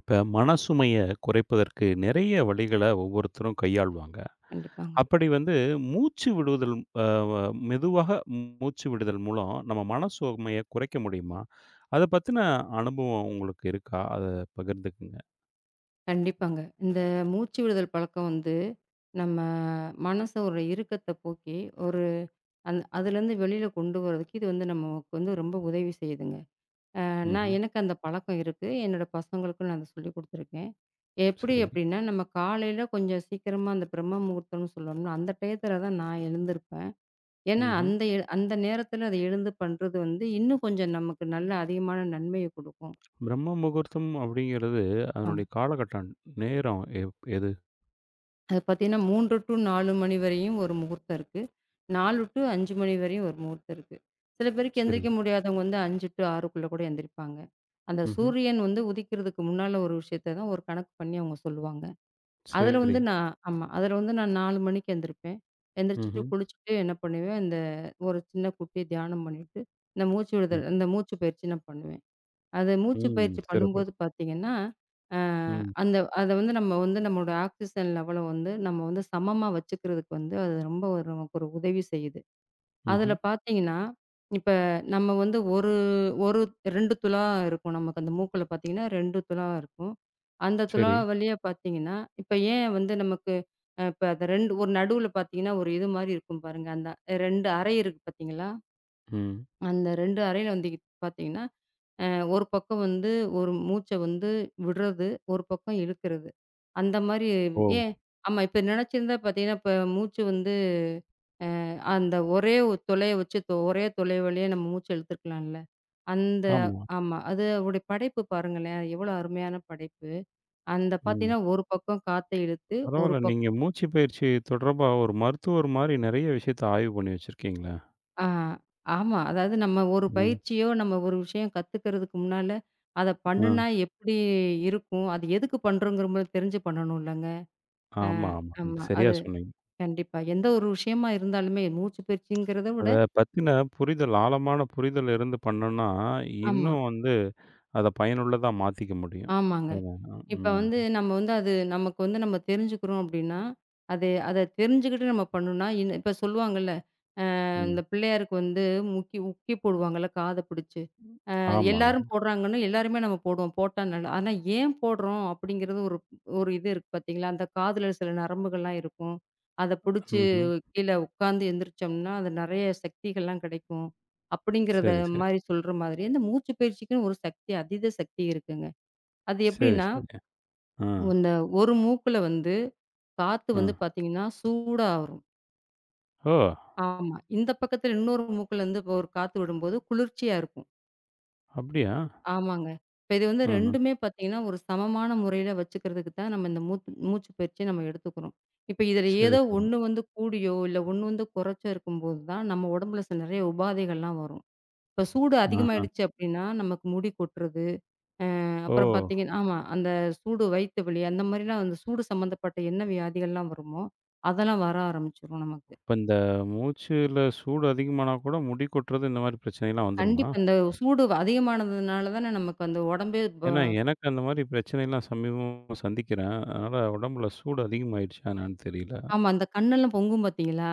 இப்ப மனசுமைய குறைப்பதற்கு நிறைய வழிகள ஒவ்வொருத்தரும் கையாள்வாங்க. கண்டிப்பாங்க. அப்படி வந்து மூச்சு விடுவதல் அ வ மெதுவாக மூச்சு விடுதல் மூலம் நம்ம மன சுமைய குறைக்க முடியுமா? அத பத்தின அனுபவம் உங்களுக்கு இருக்கா? அத பகிர்ந்துக்குங்க. கண்டிப்பாங்க. இந்த மூச்சு விடுதல் பழக்கம் வந்து, நம்ம மனச ஒரு இறுக்கத்த போக்கி, ஒரு அந் அதுலேருந்து வெளியில கொண்டு வரதுக்கு இது வந்து நமக்கு வந்து ரொம்ப உதவி செய்யுதுங்க. ம்ஹ்ம். எனக்கு அந்த பழக்கம் இருக்கு. என்னோட பசங்களுக்கும் நான் அத சொல்லிக் குடுத்துருக்கேன். எப்படி சரி. அப்படின்னா, நம்ம காலையில கொஞ்சம் சீக்கிரமா அந்த பிரம்ம முகூர்த்தம்னு சொல்லுவோம்ல, அந்த டயத்துல தான் நான் எழுந்திருப்பேன். ஏன்னா, ம்ஹ்ம். அந்த நேரத்துல அத எழுந்து பண்றது வந்து, இன்னும் கொஞ்சம் நமக்கு நல்ல அதிகமான நன்மைய குடுக்கும். பிரம்ம முகூர்த்தம் அப்படிங்கிறது அதனுடைய காலகட்டம், நேரம் எது? அது பார்த்தீங்கன்னா 3 டூ 4 மணி வரையும் ஒரு முகூர்த்தம் இருக்கு. 4 டூ 5 மணி வரையும் ஒரு முகூர்த்தம் இருக்கு. சில பேருக்கு சரி. எந்திரிக்க முடியாதவங்க வந்து 5 டூ 6க்குள்ள கூட எந்திரிப்பாங்க. அந்த ம்ஹ்ம். சூரியன் வந்து உதிக்கிறதுக்கு முன்னால ஒரு விஷயத்த தான் ஒரு கணக்கு பண்ணி அவங்க சொல்லுவாங்க. அதுல சரி. வந்து நான் ஆமா. அதுல வந்து நான் 4 மணிக்கு எந்திரிப்பேன். எந்திரிச்சுட்டு ம்ஹ்ம். குளிச்சுட்டு என்ன பண்ணுவேன், ஒரு சின்ன குட்டி தியானம் பண்ணிட்டு, ம். இந்த மூச்சு பயிற்சி நான் பண்ணுவேன். அது மூச்சு ம். பயிற்சி சிறப்பு. பண்ணும்போது பார்த்தீங்கன்னா, அ ம். அந்த அத வந்து நம்ம வந்து நம்மளோட ஆக்ஸிஜன் லெவல வந்து நம்ம வந்து சமமா வச்சுக்கிறதுக்கு வந்து அது ரொம்ப ஒரு நமக்கு ஒரு உதவி செய்யுது. அதில ம்ஹ்ம். பார்த்தீங்கன்னா, இப்ப நம்ம வந்து ஒரு ஒரு 2 துளா இருக்கும். நமக்கு அந்த மூக்குல பார்த்தீங்கன்னா 2 துளா இருக்கும். அந்த துளா சரி. வழியா பார்த்தீங்கன்னா, இப்ப ஏன் வந்து நமக்கு அ இப்ப அந்த 2 ஒரு நடுவுல பார்த்தீங்கன்னா, ஒரு இது மாரி இருக்கும் பாருங்க. அந்த 2 அறை இருக்கு பார்த்தீங்களா? ம். அந்த 2 அறையில வந்து பார்த்தீங்கன்னா அ ஒரு பக்கம் வந்து ஒரு மூச்ச வந்து விடுறது, ஒரு பக்கம் இழுக்கிறது. அந்த மாரி ஓ! ஏன் ஆமா. இப்ப நெனச்சிருந்தா பார்த்தீங்கன்னா, இப்ப மூச்சு வந்து அந்த ஒரே துளைய வச்சு தொ- ஒரே துளை வழியா நம்ம மூச்ச இழுத்துருக்கலாம்ல. அந்த ஆமா. ஆமா. அது அவருடைய படைப்பு பாருங்களேன். எவ்வளோ அருமையான படைப்பு. அந்த ம். பார்த்தீங்கன்னா, ஒரு பக்கம் காத்த இழுத்து, ஒரு பரவால்ல. பக் நீங்க மூச்சு பயிற்சி தொடர்பா ஒரு மருத்துவர் மாரி நெறைய விஷயத்த ஆய்வு பண்ணி வச்சிருக்கீங்களே! ஆ ஆமா. அதாவது நம்ம ஒரு ம். பயிற்சியோ, நம்ம ஒரு விஷயம் கத்துக்கிறதுக்கு முன்னால, அத ஆ. பண்ணுனா எப்படி இருக்கும்? அது எதுக்கு பண்றோங்கிற தெரிஞ்சு பண்ணணும்லங்க. ஆமா, ஆமா. ஆமா. சரியா அது சொன்னீங்க. கண்டிப்பா. எந்த ஒரு விஷயமா இருந்தாலுமே மூச்சு பயிற்சிங்கிறத விட அத பத்தின புரிதல், ஆழமான புரிதல் இருந்து பண்ணோன்னா, ஆமா, இன்னும் வந்து அத பயனுள்ளதா மாத்திக்க முடியும். ஆமாங்க. அதனால இப்ப ம், வந்து நம்ம வந்து அது நமக்கு வந்து நம்ம தெரிஞ்சுக்கிறோம் அப்டின்னா, அத தெரிஞ்சுக்கிட்டு நம்ம பண்ணணும்னா, இப்ப சொல்லுவாங்கல்ல, ம். இந்த பிள்ளையாருக்கு வந்து முக்கி உக்கி போடுவாங்கல்ல காத பிடிச்சு. ஆமா. எல்லாரும் போடுறாங்கன்னு எல்லாருமே நம்ம போடுவோம். போட்டா நல்ல ஆனா ஏன் போடுறோம் அப்படிங்கிறது ஒரு ஒரு இது இருக்கு பார்த்தீங்களா? அந்த காதுல சில நரம்புகள்லாம் இருக்கும். அத புடிச்சு ம்ஹ்ம். கீழ உட்காந்து எந்திரிச்சோம்னா, அது நெறைய சக்திகள்லாம் கிடைக்கும். அப்படிங்கிறத சரி, சரி. மாரி சொல்ற மாதிரி, இந்த மூச்சு பயிற்சிக்குன்னு ஒரு சக்தி அதீத சக்தி இருக்குங்க. அது சரி, எப்படின்னா, சரி. ஆ, இந்த ஒரு மூக்குல வந்து காத்து ஆ. வந்து பார்த்தீங்கன்னா, சூடா வரும். ஓ! ஆமா. இந்த பக்கத்துல இன்னொரு மூக்குல இருந்து ஒரு காத்து விடும்போது குளிர்ச்சியா இருக்கும். அப்படியா? ஆமாங்க. இப்ப இது வந்து ஆஹ. 2மே பார்த்தீங்கன்னா, ஒரு சமமான முறையில வச்சுக்கிறதுக்கு தான் நம்ம இந்த மூத் மூச்சு பயிற்சிய நம்ம எடுத்துக்கிறோம். இப்ப இதில சரி, ஏதோ சரி. ஒண்ணு வந்து கூடியோ, இல்ல ஒண்ணு வந்து குறைச்சோ இருக்கும்போது தான், நம்ம உடம்புல சில நிறைய உபாதைகள்லாம் வரும். இப்ப சூடு ஆஹ. அதிகமாயிடுச்சு அப்டின்னா, நமக்கு முடி கொட்டுறது, ஓ! அப்புறம் பார்த்தீங்கன்னா ஆமா. அந்த சூடு வயித்து வலி அந்த மாரிலாம் அந்த சூடு சம்மந்தப்பட்ட என்ன வியாதிகள்லாம் வருமோ, அதெல்லாம் வர ஆரம்பிச்சுரும் நமக்கு. இப்ப இந்த மூச்சுல சூடு அதிகமானா கூட முடி கொட்டுறது இந்த மாரி பிரச்சனைலாம் வந்துருமா? கண்டிப்பா இந்த சூடு அதிகமானதுனால தானே நமக்கு அந்த உடம்பே ப ஏன்னா, எனக்கு அந்த மாரி பிரச்சனைலாம் சமீபமா சந்திக்கிறேன். அதனால உடம்புல சூடு அதிகமாயிருச்சா என்னான்னு தெரியல. ஆமா அந்த கண்ணெல்லாம் பொங்கும் பார்த்தீங்களா?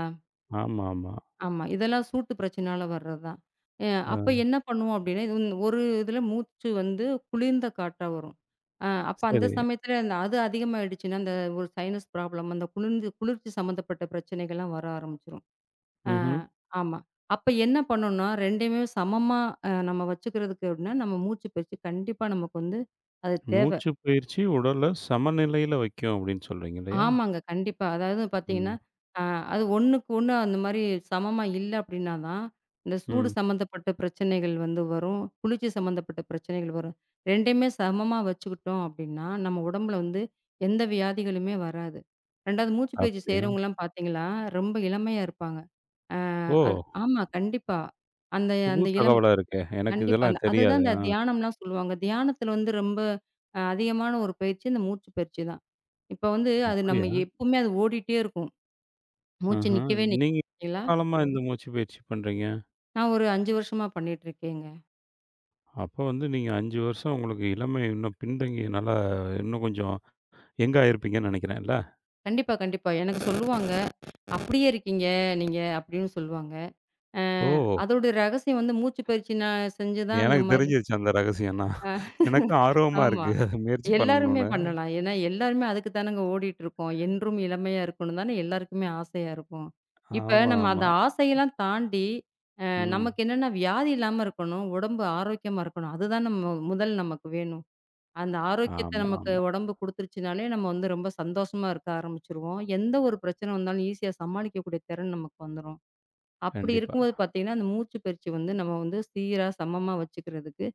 ஆமா, ஆமா. ஆமா. இதெல்லாம் சூட்டு பிரச்சனையால வர்றது தான். அ ஆ, அப்ப என்ன பண்ணுவோம் அப்டின்னா, இது வந்து ஒரு இதுல மூச்சு வந்து குளிர்ந்த காற்றா வரும். அப்ப அந்த சரி. சமயத்துல அந்த அது அதிகமாயிடுச்சுன்னா, ஒரு சைனஸ் ப்ராப்ளம் அந்த குளிர்ச்சி சம்மந்தப்பட்ட பிரச்சனைகள்லாம் வர ஆரம்பிச்சுரும். அ ம்ஹ்ம். ஆமா. அப்ப என்ன பண்ணணும்னா, 2யுமே சமமா நம்ம வச்சுக்கிறதுக்கு அப்டின்னா, நம்ம மூச்சு பயிற்சி கண்டிப்பா நமக்கு வந்து அது தேவ மூச்சு பயிற்சி உடல சமநிலையில வைக்கும் அப்டின்னு சொல்றீங்க இல்லையா? ஆமாங்க. கண்டிப்பா. அதாவது பார்த்தீங்கன்னா, ம், அ அது ஒண்ணுக்கு ஒண்ணு அந்த மாரி சமமா இல்ல அப்டின்னா தான், இந்த சூடு ம். சம்மந்தப்பட்ட பிரச்சனைகள் வந்து வரும். குளிர்ச்சி சம்மந்தப்பட்ட பிரச்சனைகள் வரும். 2யுமே சமமா வச்சுக்கிட்டோம் அப்டின்னா, நம்ம உடம்புல வந்து எந்த வியாதிகளுமே வராது. 2வது மூச்சு பயிற்சி அப்டியா? செய்றவங்கலாம் பார்த்தீங்களா, ரொம்ப இளமையா இருப்பாங்க. அ ஓ! அது ஆமா. கண்டிப்பா. அந்த புது அந்த இளம் தகவலா இருக்கே. எனக்கு கண்டிப்பா. அந்த இதெல்லாம் அதுதான் தெரியாது. இந்த ஆ, தியானம்லாம் சொல்லுவாங்க. தியானத்தில வந்து ரொம்ப அதிகமான ஒரு பயிற்சி இந்த மூச்சு பயிற்சி தான். இப்ப வந்து அது நம்ம அப்டியா? எப்பவுமே அது ஓடிட்டே இருக்கும். மூச்சு ம்ஹ்ம். நிக்கவே நிக்காது நீங்க எவ்ளோ பார்த்தீங்களா? காலமா இந்த மூச்சு பயிற்சி பண்றீங்க? நான் ஒரு 5 வருஷமா பண்ணிட்டு இருக்கேங்க. அப்ப வந்து நீங்க 5 வருஷம் உங்களுக்கு இளமை இன்னும் பின்தங்கியனால, இன்னும் கொஞ்சம் யங் ஆயிருப்பீங்கன்னு நெனைக்கிறேன்ல? கண்டிப்பா. எனக்கு சொல்லுவாங்க, "அப்படியே இருக்கீங்க நீங்க" அப்படின்னு சொல்லுவாங்க. அ ஓ! அதோட ரகசியம் வந்து மூச்சு பயிற்சி நான் செஞ்சு தான் அந்த எனக்கு மாரி தெரிஞ்சிருச்சு அந்த ரகசியம் தான். எனக்கும் ஆர்வமா ஆமா. இருக்கு. அத முயற்சி எல்லாருமே பண்ணணும்னு. பண்ணலாம். ஏன்னா, எல்லாருமே அதுக்கு தானங்க ஓடிட்டுருக்கோம். என்றும் இளமையா இருக்கணும் தானே எல்லாருக்குமே ஆசையா இருக்கும். இப்ப ஆமா, நம்ம ஆமா. அந்த ஆசையெல்லாம் தாண்டி, அ ம். நமக்கு என்னன்னா வியாதி இல்லாம இருக்கணும், உடம்பு ஆரோக்கியமா இருக்கணும். அதுதான் நம்ம முதல் நமக்கு வேணும். அந்த ஆரோக்கியத்த ஆமா, நமக்கு ஆமா. உடம்பு குடுத்துருச்சுனாலே, நம்ம வந்து ரொம்ப சந்தோஷமா இருக்க ஆரம்பிச்சுருவோம். எந்த ஒரு பிரச்சனை வந்தாலும் ஈஸியா சமாளிக்கக்கூடிய திறன் நமக்கு வந்துரும். அப்படி கண்டிப்பா. இருக்கும்போது பார்த்தீங்கன்னா, அந்த மூச்சு பயிற்சி வந்து நம்ம வந்து சீரா, சமமா வச்சுக்கிறதுக்கு,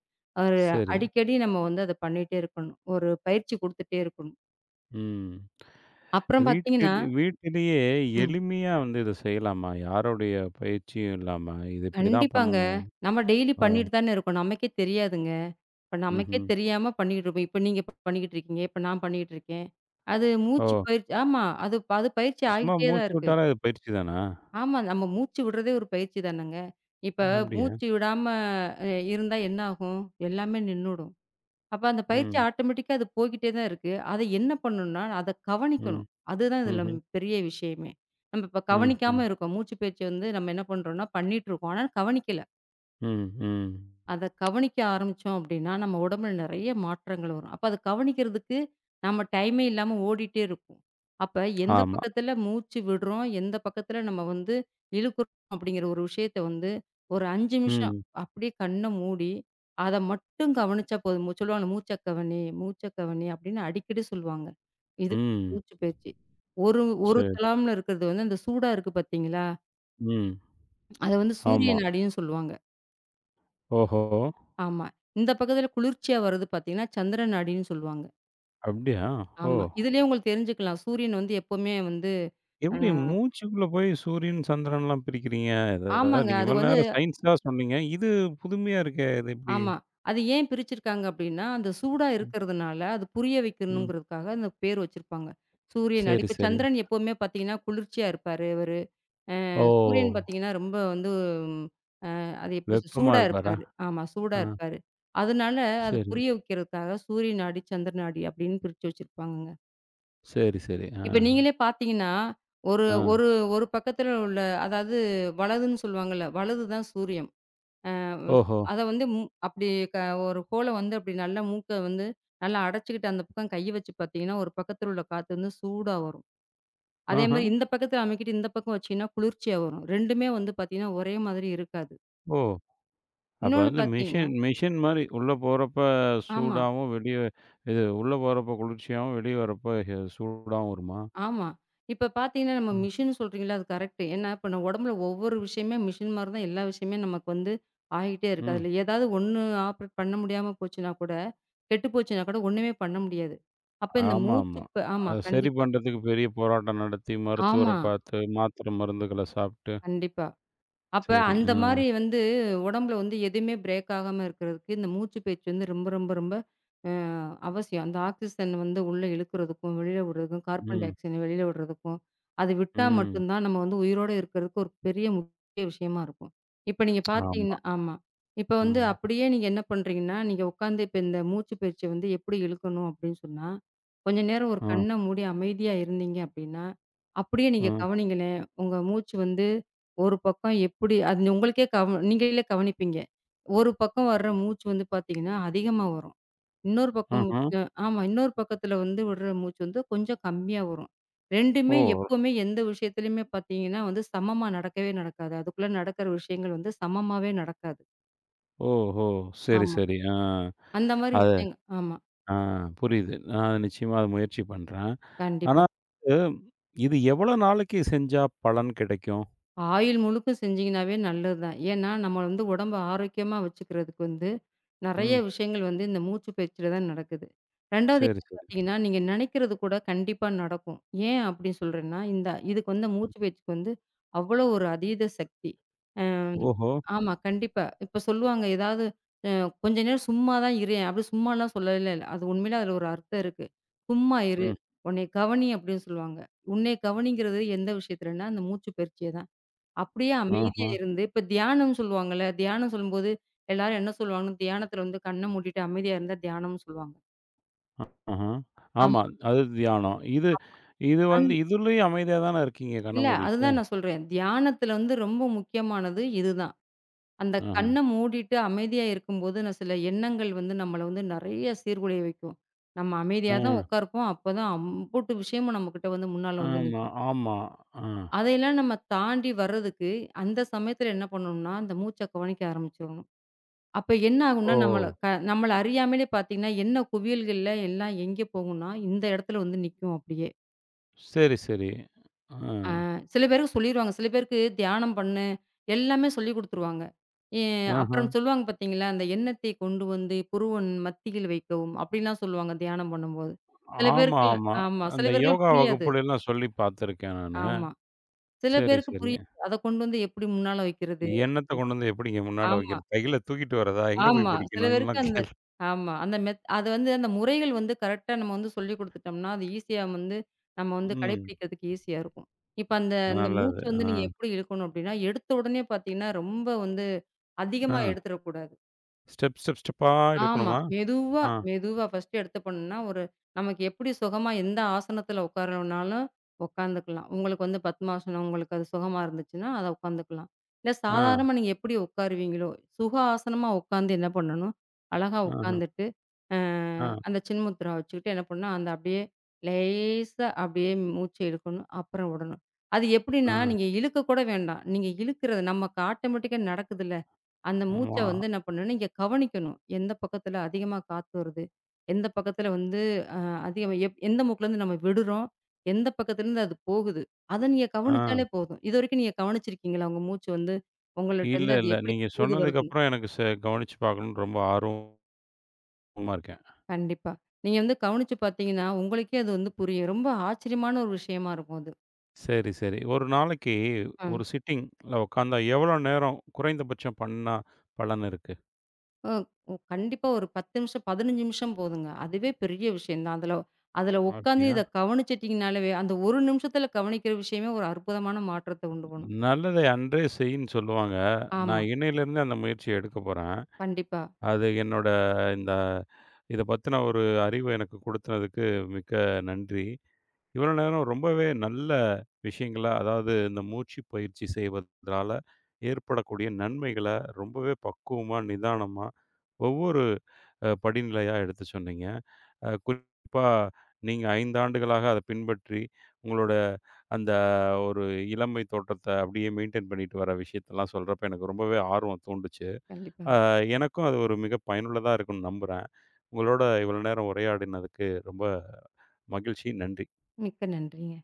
ஒரு சரி. அடிக்கடி நம்ம வந்து அத பண்ணிட்டே இருக்கணும். ஒரு பயிற்சி குடுத்துட்டே இருக்கணும். ம். அப்புறம் பார்த்தீங்கன்னா வீட்டிலேயே ம். எளிமையா வந்து இத செய்யலாமா? யாருடைய பயிற்சியும் இல்லாம. இது இப்படிதான் கண்டிப்பாங்க. பண்ணணும். நம்ம டெய்லி ஓ! பண்ணிட்டு தானே இருக்கோம். நமக்கே தெரியாதுங்க. இப்ப நமக்கே ம்ஹ்ம். தெரியாம பண்ணிக்கிட்டு இருப்போம். இப்ப நீங்க பண்ணிக்கிட்டு இருக்கீங்க. இப்ப நான் பண்ணிக்கிட்டு இருக்கேன். அது ஓ! மூச்சு பயிற்சி ஆமா. அது அது பயிற்சி சும்மா ஆகிட்டே தான் மூச்சு இருக்கு. விட்டாலே அது பயிற்சி தானா? ஆமா. நம்ம மூச்சு விடுறதே ஒரு பயிற்சி தானங்க. இப்ப அப்படியா? மூச்சு விடாம அ இருந்தா என்ன ஆகும்? எல்லாமே நின்னுடும். அப்ப அந்த பயிற்சி ம், ஆட்டோமேட்டிக்கா அது போய்க்கிட்டே தான் இருக்கு. அத என்ன பண்ணணும்னா, அத ம், கவனிக்கணும். அதுதான் இதில ம்ஹ்ம். பெரிய விஷயமே. நம்ம இப்ப ம், ம், கவனிக்காம இருக்கோம். மூச்சு பயிற்சி வந்து நம்ம என்ன பண்றோம்னா, பண்ணிட்டு இருக்கோம். ஆனா கவனிக்கல. ம், ம். அத கவனிக்க ஆரம்பிச்சோம் அப்படின்னா, நம்ம உடம்புல நெறைய மாற்றங்கள் வரும். அப்ப அத கவனிக்கிறதுக்கு நம்ம டைமே இல்லாம ஓடிட்டே இருக்கும். அப்ப எந்த ஆமா. பக்கத்துல மூச்சு விடுறோம், எந்த பக்கத்துல நம்ம வந்து இழுக்கிறோம் அப்படிங்கிற ஒரு விஷயத்த வந்து ஒரு 5 நிமிஷம் ம், அப்படியே கண்ண மூடி, அத மட்டும் கவனிச்சா போதும். சொல்லுவாங்க மூச்ச கவனி, மூச்ச கவனி அப்படின்னு அடிக்கடி சொல்லுவாங்க. இது ம். மூச்சு பயிற்சி. ஒரு ஒரு சரி. தலாம்ல இருக்கிறது வந்து அந்த சூடா இருக்கு பார்த்தீங்களா? ம். அத வந்து ஆமா. சூரியன் நாடின்னு சொல்லுவாங்க. ஓஹோ! ஆமா. இந்த பக்கத்துல குளிர்ச்சியா வர்றது பார்த்தீங்கன்னா, சந்திரன் நாடின்னு சொல்லுவாங்க. அப்படியா? ஓ! ஆமா. இதுலயே உங்களுக்கு தெரிஞ்சுக்கலாம். சூரியன் வந்து எப்பவுமே வந்து அ எப்படி மூச்சுக்குள்ள போய் சூரியன், சந்திரன்லாம் பிரிக்கிறீங்க? அதாவது ஆமாங்க. நீங்க அது இவ்வளோ வந்து நேரம் சயின்ஸ் தான் சொன்னீங்க. இது புதுமையா இருக்கே! இது எப்படி? ஆமா. அது ஏன் பிரிச்சிருக்காங்க அப்டின்னா, அந்த சூடா ம், இருக்கிறதுனால, அது புரிய ம். வைக்கணுங்கிறதுக்காக அந்த பேர் வச்சிருப்பாங்க. சூரியன் நாடி. சரி, இப்ப சரி. சந்திரன் எப்பவுமே பார்த்தீங்கன்னா, குளிர்ச்சியா இருப்பாரு இவரு. சூரியன் ஓ! பார்த்தீங்கன்னா, ரொம்ப வந்து ம், அது எப்படி சொ வெப்பமா சூடா இருப்பாரா? இருப்பாரு. ஆமா, சூடா ஆ. இருப்பாரு. அதனால அது சரி, புரிய வைக்கிறதுக்காக சூரிய நாடி, சந்திர நாடி அப்டின்னு பிரிச்சு வச்சிருப்பாங்கங்க. சரி, சரி. ஆ, இப்ப நீங்களே பார்த்தீங்கன்னா, ஒரு ஆ. ஒரு ஒரு பக்கத்துல உள்ள அதாவது வலதுன்னு சொல்லுவாங்கல்ல, வலது தான் சூரியன். அ வ் ஓஹோ! அத வந்து மூ அப்படி க ஒரு கோல வந்து அப்படி நல்லா மூக்க வந்து நல்லா அடைச்சுக்கிட்டு அந்த பக்கம் கைய வச்சு பார்த்தீங்கன்னா, ஒரு பக்கத்துல உள்ள காத்து வந்து சூடா வரும். ஆஹா! அதேமாரி இந்த பக்கத்துல அமைக்கிட்டு இந்த பக்கம் வச்சீங்கன்னா, குளிர்ச்சியா வரும். 2மே வந்து பார்த்தீங்கன்னா, ஒரே மாதிரி இருக்காது. ஓ! அப்ப இன்னொன்னு வந்து பார்த்தீங்கன்னா மிஷின் மிஷின் மாரி உள்ள போறப்ப ஆமா. சூடாவும், வெளிய இது உள்ள போறப்ப குளிர்ச்சியாவும், வெளிய வரப்ப சூடாவும் வருமா? ஆமா. இப்ப பார்த்தீங்கன்னா, நம்ம ம். மிஷின்னு சொல்றீங்கல்ல, அது கரெக்ட்டு. ஏன்னா, இப்ப நம்ம உடம்புல ஒவ்வொரு விஷயமே மிஷின் மாரி தான் எல்லா விஷயமே நமக்கு வந்து ஆகிட்டே இருக்கு. ம். அதில ஏதாவது ஒண்ணு ஆப்ரேட் பண்ண முடியாம போச்சுனா கூட, கெட்டு போச்சுனா கூட ஒண்ணுமே பண்ண முடியாது. அப்ப இந்த மூச்சு ஆமாமா. ப ஆமா, அத சரி கண்டிப்பா. பண்றதுக்கு பெரிய போராட்டம் நடத்தி, மருத்துவர ஆமா, பார்த்து, மாத்திரை மருந்துகள சாப்பிட்டு, கண்டிப்பா. அப்ப சரி. அந்த ஆ. மாரி வந்து உடம்புல வந்து எதுவுமே பிரேக் ஆகாம இருக்கிறதுக்கு, இந்த மூச்சு பேச்சு வந்து ரொம்ப அ அவசியம். அந்த ஆக்ஸிஜன் வந்து உள்ள இழுக்கிறதுக்கும், வெளியில விடுறதுக்கும், கார்பன் டை ம். ஆக்சைட வெளியில விடுறதுக்கும், அது விட்டா ம். மட்டும் தான் நம்ம வந்து உயிரோட இருக்கிறதுக்கு ஒரு பெரிய முக்கிய விஷயமா இருக்கும். இப்ப நீங்க ஆமா. பார்த்தீங்கன்னா ஆமா. இப்ப வந்து ம். அப்படியே நீங்க என்ன பண்றீங்கன்னா, நீங்க உட்காந்து இப்ப இந்த மூச்சு பயிற்சி வந்து எப்படி இழுக்கணும் அப்படின்னு சொன்னா, கொஞ்ச நேரம் ஒரு அ. கண்ண மூடி அமைதியா இருந்தீங்க அப்படின்னா, அப்படியே அ. நீங்க கவனிங்களேன். உங்க மூச்சு வந்து ஒரு பக்கம் எப்படி அது உங்களுக்கே கவ நீங்களே கவனிப்பீங்க. ஒரு பக்கம் வர்ற மூச்சு வந்து பார்த்தீங்கன்னா, அதிகமா வரும். இன்னொரு பக்கம் அஹ்ம். அ ஆமா. இன்னொரு பக்கத்துல வந்து விடுற மூச்சு வந்து கொஞ்சம் கம்மியா வரும். ஓ! 2மே எப்பவுமே எந்த விஷயத்துலயுமே பார்த்தீங்கன்னா வந்து சமமா நடக்கவே நடக்காது. அதுக்குள்ள நடக்கிற விஷயங்கள் வந்து சமமாவே நடக்காது. ஓஹோ! சரி, ஆமா. சரி. ஆ. அந்த மாரி அது விஷயங்கள் ஆமா. ஆ, புரியுது. நான் நிச்சயமா அத முயற்சி பண்றேன். ஆனா கண்டிப்பா. வந்து, இது எவ்வளோ நாளைக்கு செஞ்சா பலன் கிடைக்கும்? ஆயில் முழுக்க செஞ்சீங்கன்னாவே நல்லது தான். ஏன்னா, நம்ம வந்து உடம்ப ஆரோக்கியமா வச்சுக்கிறதுக்கு வந்து, நெறைய ம். விஷயங்கள் வந்து இந்த மூச்சு பயிற்சியில தான் நடக்குது. 2வது சரி, என்ன சரி. பார்த்தீங்கன்னா, நீங்க நெனைக்கிறது கூட கண்டிப்பா நடக்கும். ஏன் அப்படி சொல்றேன்னா, இந்த இதுக்கு வந்து மூச்சு பயிற்சிக்கு வந்து அவ்வளோ ஒரு அதீத சக்தி. ம். ஓஹோ! ஆமா, கண்டிப்பா. இப்ப சொல்லுவாங்க ஏதாவது அ "கொஞ்ச நேரம் சும்மா தான் இரேன்." அப்படி சும்மாலாம் சொல்லவே இல்ல. அது உண்மையிலே அதில ஒரு அர்த்தம் இருக்கு. "சும்மா இரு, ம். உன்னைய கவனி" அப்படின்னு சொல்லுவாங்க. உன்னைய கவனிங்கிறது எந்த விஷயத்துலன்னா, அந்த மூச்சு பயிற்சிய தான். அப்படியே அமைதியா ஆஹ. இருந்து, இப்ப தியானம் சொல்லுவாங்கல்ல, தியானம் சொல்லும்போது எல்லாரும் என்ன சொல்லுவாங்கன்னா, தியானத்துல வந்து கண்ண மூடிட்டு அமைதியா இருந்தா தியானம்னு சொல்லுவாங்க. ஆஹா. ஆமா. ஆமா. அது தியானம். இது இது அந் வந்து இதுலயும் அமைதியா தான இருக்கீங்க கண்ண இல்ல மூடிட்டு. அதுதான் நான் சொல்றேன். தியானத்துல வந்து ரொம்ப முக்கியமானது இதுதான். அந்த ஆஹா. கண்ண மூடிட்டு அமைதியா இருக்கும்போது, நான் சில எண்ணங்கள் வந்து நம்மள வந்து நெறைய சீர்குலைய வைக்கும். நம்ம ஆ. அமைதியா தான் உட்காருப்போம். அப்பதான் அம்புட்டு விஷயமும் நம்மகிட்ட வந்து முன்னால வந்து ஆமா, நிக்கும். ஆமா. ஆ. அதையெல்லாம் நம்ம தாண்டி வர்றதுக்கு, அந்த சமயத்துல என்ன பண்ணணும்னா, அந்த மூச்ச கவனிக்க ஆரம்பிச்சிரணும். அப்ப என்ன ஓ! ஆகும்னா, நம்மள அறியாமலே பார்த்தீங்கன்னா, என்ன குவியல்கள்ல எல்லாம் எங்கே போகும்னா, இந்த இடத்துல வந்து நிக்கும் அப்படியே. சரி, சரி. ஆ. சில பேருக்கு சொல்லிருவாங்க. சில பேருக்கு தியானம் பண்ணு, எல்லாமே சொல்லிக் குடுத்துருவாங்க. எ ஆஹா. அப்புறம் சொல்லுவாங்க பார்த்தீங்களா, அந்த எண்ணத்தை கொண்டு வந்து புருவன் மத்தியில் வைக்கவும், அப்படிலாம் சொல்லுவாங்க தியானம் பண்ணும்போது. சில ஆமா, பேருக்குலாம் ஆமா. ஆமா. சில அந்த பேருக்குலாம் யோகா புரியாது. வகுப்புலலாம் சொல்லி பார்த்துருக்கேன் நானு. ஆமா. சில சரி, பேருக்கு சரி. புரியாது. அத கொண்டு வந்து எப்படி முன்னால வைக்கிறது? எண்ணத்த அப்படி. கொண்டு வந்து எப்படிங்க முன்னால ஆமா. வைக்கிறது? கையில தூக்கிட்டு வரதா? எங்க போய் ஆமா. சில பேருக்கு பிடிக்கணும்லாம் அந்த கேள்வி ஆமா. அந்த அது வந்து அந்த முறைகள் வந்து கரெக்ட்டா நம்ம வந்து சொல்லிக் குடுத்துட்டோம்னா, அது ஈஸியா வந்து நம்ம வந்து ம். கடைப்பிடிக்கிறதுக்கு ஈஸியா இருக்கும். இப்ப அந்த அந்த நல்லது. மூச்சு வந்து ஆ. நீங்க எப்படி இழுக்கணும் அப்படின்னா, எடுத்த உடனே பார்த்தீங்கன்னா, ரொம்ப வந்து ஆ. அதிகமா எடுத்துறக்கூடாது. ஸ்டெப், ஸ்டெப், ஸ்டெப்பா ஆமா. இழுக்கணுமா? மெதுவா, ஆ. மெதுவா ஃபர்ஸ்ட்டு எடுத்த பொண்ணுன்னா, நமக்கு எப்படி சுகமா எந்த ஆசனத்துல உட்காரணும்னாலும் உட்காந்துக்கலாம். உங்களுக்கு வந்து பத்மாசனம் உங்களுக்கு அது சுகமா இருந்துச்சுன்னா, அத உட்காந்துக்கலாம். இல்ல ஆ. சாதாரணமா நீங்க எப்படி உட்காருவீங்களோ, சுக ஆசனமா உட்காந்து என்ன பண்ணணும், அழகா ஆஹ. உட்காந்துட்டு, அ ஆ. அந்த சின்முத்ரா வச்சுக்கிட்டு என்ன பண்ணணும், அந்த அப்படியே லேசா அப்படியே மூச்சு இழுக்கணும். அப்புறம் விடணும். அது ஆ. எப்படின்னா, நீங்க இழுக்க கூட வேண்டாம். நீங்க இழுக்கிறது நமக்கு ஆட்டோமேட்டிக்கா நடக்குதுல்ல. அந்த மூச்ச ஆமா. வந்து என்ன பண்ணணும்னா, நீங்க கவனிக்கணும். எந்த பக்கத்துல அதிகமா காத்து வருது? எந்த பக்கத்துல வந்து அ அதிகமா எப் எந்த மூக்குலேருந்து நம்ம விடுறோம்? எந்த பக்கத்துலேருந்து அது போகுது? அத நீங்க ஆ. கவனிச்சாலே போதும். இதுவரைக்கும் நீங்க கவனிச்சிருக்கீங்களா? உங்க மூச்சு வந்து இல்ல, உங்கள்ட்டருந்து அது இல்ல. எப்படி நீங்க போகுது வருதுன்னு? சொன்னதுக்கப்புறம் எனக்கு கவனிச்சு பார்க்கணும்னு ரொம்ப ஆர்வமா இருக்கேன். கண்டிப்பா. நீங்க வந்து கவனிச்சு பார்த்தீங்கன்னா, உங்களுக்கே அது வந்து புரியும். ரொம்ப ஆச்சரியமான ஒரு விஷயமா இருக்கும் அது. சரி, சரி. ஒரு நாளைக்கு அ. ஒரு சிட்டிங்ல உட்காந்தா எவ்வளோ நேரம் குறைந்தபட்சம் பண்ணா பலன் இருக்கு? அ ஒ கண்டிப்பா ஒரு 10 நிமிஷம், 15 நிமிஷம் போதுங்க. அதுவே பெரிய விஷயம் தான். அதுல அதுல உட்காந்து அப்படியா? இத கவனிச்சிட்டீங்கனாலவே, அந்த ஒரு நிமிஷத்துல கவனிக்கிற விஷயமே ஒரு அற்புதமான மாற்றத்த உண்டு பண்ணும். நல்லதை அன்றே செய்ன்னு சொல்லுவாங்க. ஆமா. நான் இன்னையிலேருந்து அந்த முயற்சிய எடுக்க போறேன். கண்டிப்பா, அது என்னோட இந்த இத பத்தின ஒரு அறிவு எனக்கு கொடுத்ததுக்கு மிக்க நன்றி. இவ்வளோ நேரம் ரொம்பவே நல்ல விஷயங்கள, அதாவது இந்த மூச்சு பயிற்சி செய்வதனால ஏற்படக்கூடிய நன்மைகள ரொம்பவே பக்குவமா, நிதானமா ஒவ்வொரு படிநிலையா எடுத்து சொன்னீங்க. குறிப்பா நீங்க 5 ஆண்டுகளாக அத பின்பற்றி, உங்களோட அந்த ஒரு இளமை தோற்றத்த அப்படியே மெயின்டெயின் பண்ணிட்டு வர விஷயத்தெல்லாம் சொல்றப்ப எனக்கு ரொம்பவே ஆர்வம் தூண்டுச்சு. அ கண்டிப்பாங்க. எனக்கும் அது ஒரு மிக பயனுள்ளதா இருக்கும்னு நம்புறேன். உங்களோட இவ்வளோ நேரம் உரையாடினதுக்கு ரொம்ப மகிழ்ச்சி. நன்றி. மிக்க நன்றிங்க.